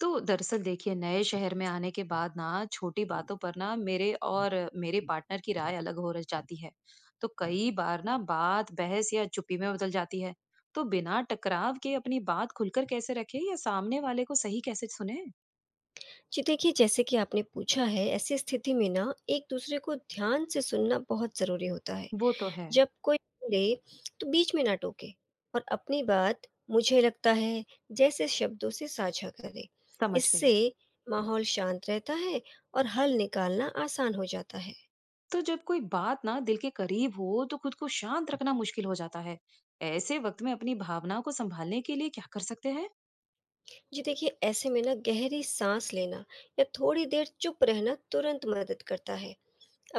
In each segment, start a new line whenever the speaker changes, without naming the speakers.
तो दरअसल देखिए, नए शहर में आने के बाद ना छोटी बातों पर ना मेरे और मेरे पार्टनर की राय अलग हो रह जाती है। तो कई बार ना बात बहस या चुप्पी में बदल जाती है। तो बिना टकराव के अपनी बात खुलकर कैसे रखे या सामने वाले को सही कैसे सुने।
जी देखिए, जैसे कि आपने पूछा है, ऐसी स्थिति में ना एक-दूसरे को ध्यान से सुनना बहुत ज़रूरी होता है।
वो तो है।
जब कोई बोले तो बीच में ना टोके और अपनी बात "मुझे लगता है" जैसे शब्दों से साझा करें।
समझ
इससे
गई।
माहौल शांत रहता है और हल निकालना आसान हो जाता है।
तो जब कोई बात ना दिल के करीब हो तो खुद को शांत रखना मुश्किल हो जाता है। ऐसे वक्त में अपनी भावनाओं को संभालने के लिए क्या कर सकते हैं।
जी देखिए ऐसे में ना गहरी सांस लेना या थोड़ी देर चुप रहना तुरंत मदद करता है।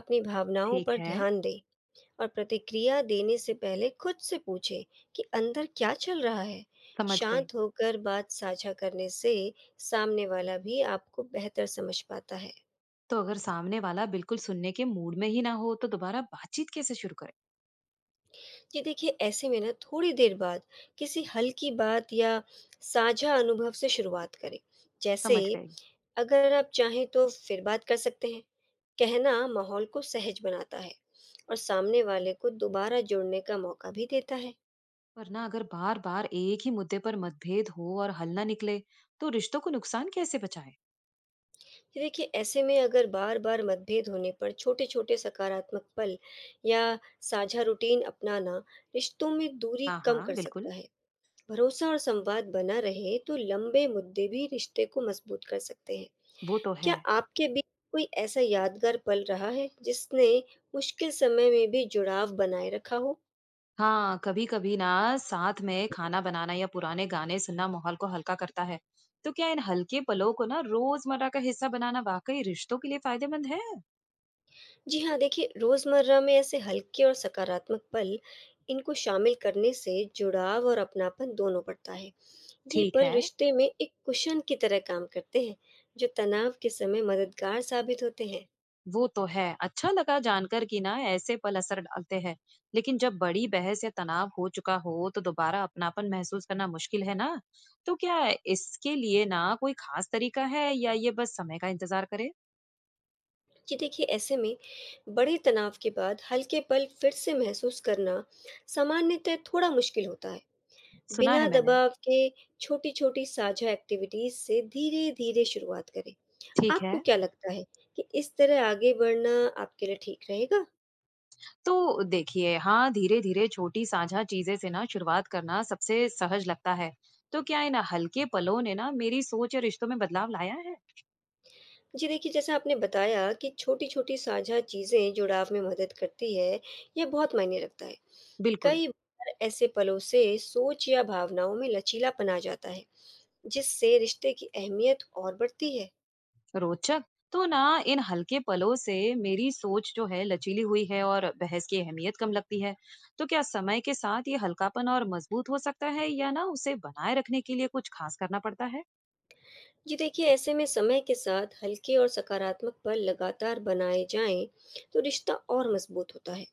अपनी भावनाओं
ठीक
पर
है।
ध्यान दें और प्रतिक्रिया देने से पहले खुद से पूछें कि अंदर क्या चल रहा है।
समझ गई।
शांत होकर बात साझा करने से सामने वाला भी आपको बेहतर समझ पाता है।
तो अगर सामने वाला बिल्कुल सुनने के मूड में ही ना हो तो दोबारा बातचीत कैसे शुरू करें।
जी देखिए ऐसे में ना थोड़ी देर बाद किसी हल्की बात या साझा अनुभव से शुरुआत करें, जैसे
समझ गई।
अगर आप चाहें तो फिर बात कर सकते हैं। कहना माहौल को सहज बनाता है और सामने वाले को दोबारा जुड़ने का मौका भी देता है। ये
पर ना अगर बार बार एक ही मुद्दे पर मतभेद हो और हल ना निकले तो रिश्तों को नुकसान कैसे बचाए।
देखिए ऐसे में अगर बार बार मतभेद होने पर छोटे छोटे सकारात्मक पल या साझा रूटीन अपनाना रिश्तों में दूरी
हाँ
कम
हाँ
कर
बिल्कुल।
सकता है। भरोसा और संवाद बना रहे तो लंबे मुद्दे भी रिश्ते को मजबूत कर सकते हैं।
वो तो
क्या
है।
आपके बीच कोई ऐसा यादगार पल रहा है जिसने मुश्किल समय में भी जुड़ाव बनाए रखा हो?
हाँ कभी कभी ना साथ में खाना बनाना या पुराने गाने सुनना माहौल को हल्का करता है। तो क्या इन हल्के पलों को ना रोजमर्रा का हिस्सा बनाना वाकई रिश्तों के लिए फायदेमंद है।
जी हाँ, देखिए रोज़मर्रा में ऐसे हल्के और सकारात्मक पल इनको शामिल करने से जुड़ाव और अपनापन दोनों बढ़ता है। ये
ठीक
पल
है।
रिश्ते में एक कुशन की तरह काम करते हैं, जो तनाव के समय मददगार साबित होते हैं।
वो तो है। अच्छा लगा जानकर कि ना ऐसे पल असर डालते हैं। लेकिन जब बड़ी बहस या तनाव हो चुका हो तो दोबारा अपनापन महसूस करना मुश्किल है ना? तो क्या इसके लिए ना कोई खास तरीका है या ये बस समय का इंतजार करे?
जी देखिए ऐसे में बड़े तनाव के बाद हल्के पल फिर से महसूस करना सामान्यतः थोड़ा मुश्किल होता है।
सुना है
बिना
मैंने।
दबाव के छोटी-छोटी साझा एक्टिविटीज से धीरे-धीरे शुरुआत करें।
ठीक
आपको
है।
क्या लगता है कि इस तरह आगे बढ़ना आपके लिए ठीक रहेगा?
तो देखिए हाँ, धीरे-धीरे छोटी साझा चीज़ें से ना शुरुआत करना सबसे सहज लगता है। तो क्या इन हल्के पलों ने ना मेरी सोच या रिश्तों में बदलाव लाया है?
जी देखिए, जैसा आपने बताया कि छोटी-छोटी साझा चीज़ें जुड़ाव में मदद करती है, यह बहुत मायने रखता है।
बिल्कुल।
कई बार ऐसे पलों से सोच या भावनाओं में लचीलापन आ जाता है, जिससे रिश्ते की अहमियत और बढ़ती है।
रोचक। तो ना इन हल्के पलों से मेरी सोच जो है लचीली हुई है और बहस की अहमियत कम लगती है। तो क्या समय के साथ ये हल्कापन और मजबूत हो सकता है या ना उसे बनाए रखने के लिए कुछ खास करना पड़ता है।
जी देखिए, ऐसे में समय के साथ हल्के और सकारात्मक पल लगातार बनाए जाएँ, तो रिश्ता और मजबूत होता है।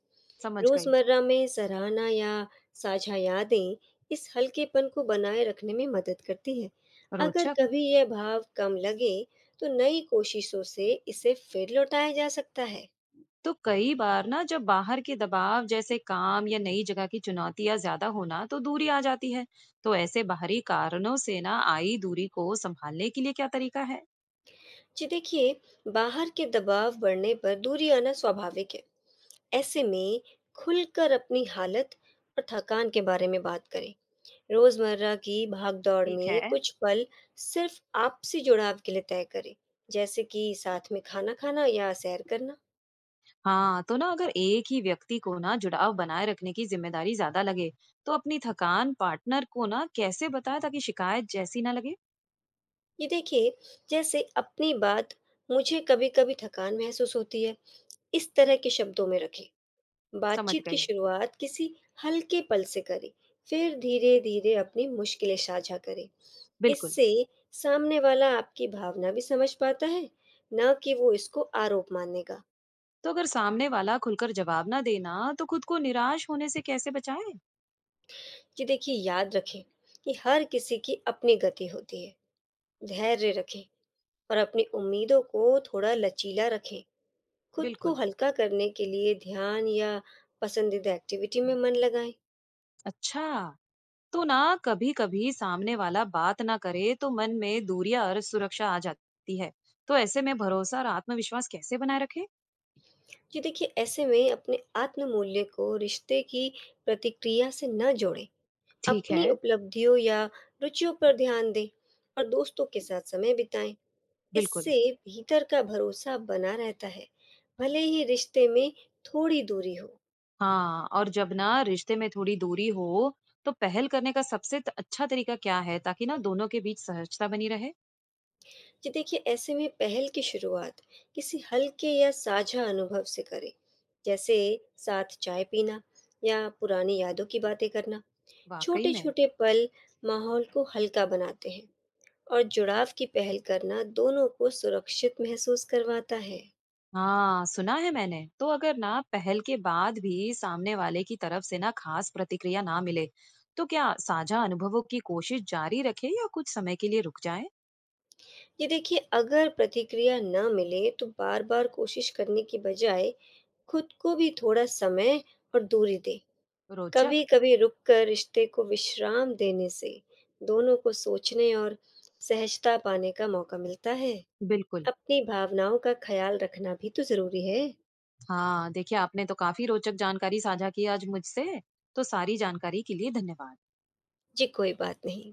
समझ गई।
रोजमर्रा में सराहना या साझा यादें इस हल्केपन को बनाए रखने में मदद करती है। अगर
रोचक।
कभी यह भाव कम लगे तो नई कोशिशों से इसे फिर लौटाया जा सकता है।
तो कई बार ना जब बाहर के दबाव जैसे काम या नई जगह की चुनौतियां ज्यादा होना तो दूरी आ जाती है। तो ऐसे बाहरी कारणों से ना आई दूरी को संभालने के लिए क्या तरीका है।
जी देखिए, बाहर के दबाव बढ़ने पर दूरी आना स्वाभाविक है। ऐसे में खुलकर अपनी हालत और थकान के बारे में बात करें। रोजमर्रा की भागदौड़
ठीक
में
है।
कुछ पल सिर्फ आपसी जुड़ाव के लिए तय करें, जैसे कि साथ में खाना खाना या सैर करना।
हाँ तो ना अगर एक ही व्यक्ति को ना जुड़ाव बनाए रखने की जिम्मेदारी ज्यादा लगे तो अपनी थकान पार्टनर को ना कैसे बताए ताकि शिकायत जैसी ना लगे।
ये देखिए, जैसे अपनी बात मुझे कभी-कभी थकान महसूस होती है, इस तरह के शब्दों में रखें।
समझ
बातचीत की
गई।
शुरुआत किसी हल्के पल से करें, फिर धीरे-धीरे अपनी मुश्किलें साझा करें।
बिल्कुल।
इससे सामने वाला आपकी भावना भी समझ पाता है, ना कि वो इसको आरोप मानेगा।
तो अगर सामने वाला खुलकर जवाब ना देना तो खुद को निराश होने से कैसे बचाए।
ये देखिए, याद रखें कि हर किसी की अपनी गति होती है। धैर्य रखें और अपनी उम्मीदों को थोड़ा लचीला रखें। खुद को
बिल्कुल।
हल्का करने के लिए ध्यान या पसंदीदा एक्टिविटी में मन लगाएं।
अच्छा। तो ना कभी कभी सामने वाला बात ना करे तो मन में दूरी और सुरक्षा आ जाती है। तो ऐसे में भरोसा और आत्मविश्वास कैसे बनाए रखे।
जी देखिए ऐसे में अपने आत्म मूल्य को रिश्ते की प्रतिक्रिया से न जोड़ें,
ठीक
अपनी
है।
उपलब्धियों या रुचियों पर ध्यान दें और दोस्तों के साथ समय बिताएं।
बिल्कुल।
इससे भीतर का भरोसा बना रहता है, भले ही रिश्ते में थोड़ी दूरी हो।
हाँ, और जब ना रिश्ते में थोड़ी दूरी हो तो पहल करने का सबसे अच्छा तरीका क्या है ताकि ना दोनों के बीच सहजता बनी रहे।
जी देखिए, ऐसे में पहल की शुरुआत किसी हल्के या साझा अनुभव से करें, जैसे साथ चाय पीना या पुरानी यादों की बातें करना।
वाकई में।
छोटे-छोटे पल माहौल को हल्का बनाते हैं और जुड़ाव की पहल करना दोनों को सुरक्षित महसूस करवाता है।
हाँ सुना है मैंने। तो अगर ना पहल के बाद भी सामने वाले की तरफ से ना खास प्रतिक्रिया ना मिले तो क्या साझा अनुभवों की कोशिश जारी रखे या कुछ समय के लिए रुक जाए।
ये देखिए, अगर प्रतिक्रिया न मिले तो बार-बार कोशिश करने की बजाय खुद को भी थोड़ा समय और दूरी दें।
रोचक।
कभी-कभी रुककर रिश्ते को विश्राम देने से दोनों को सोचने और सहजता पाने का मौका मिलता है।
बिल्कुल।
अपनी भावनाओं का ख्याल रखना भी तो जरूरी है।
हाँ देखिए, आपने तो काफी रोचक जानकारी साझा की आज मुझसे। तो सारी जानकारी के लिए धन्यवाद।
जी कोई बात नहीं।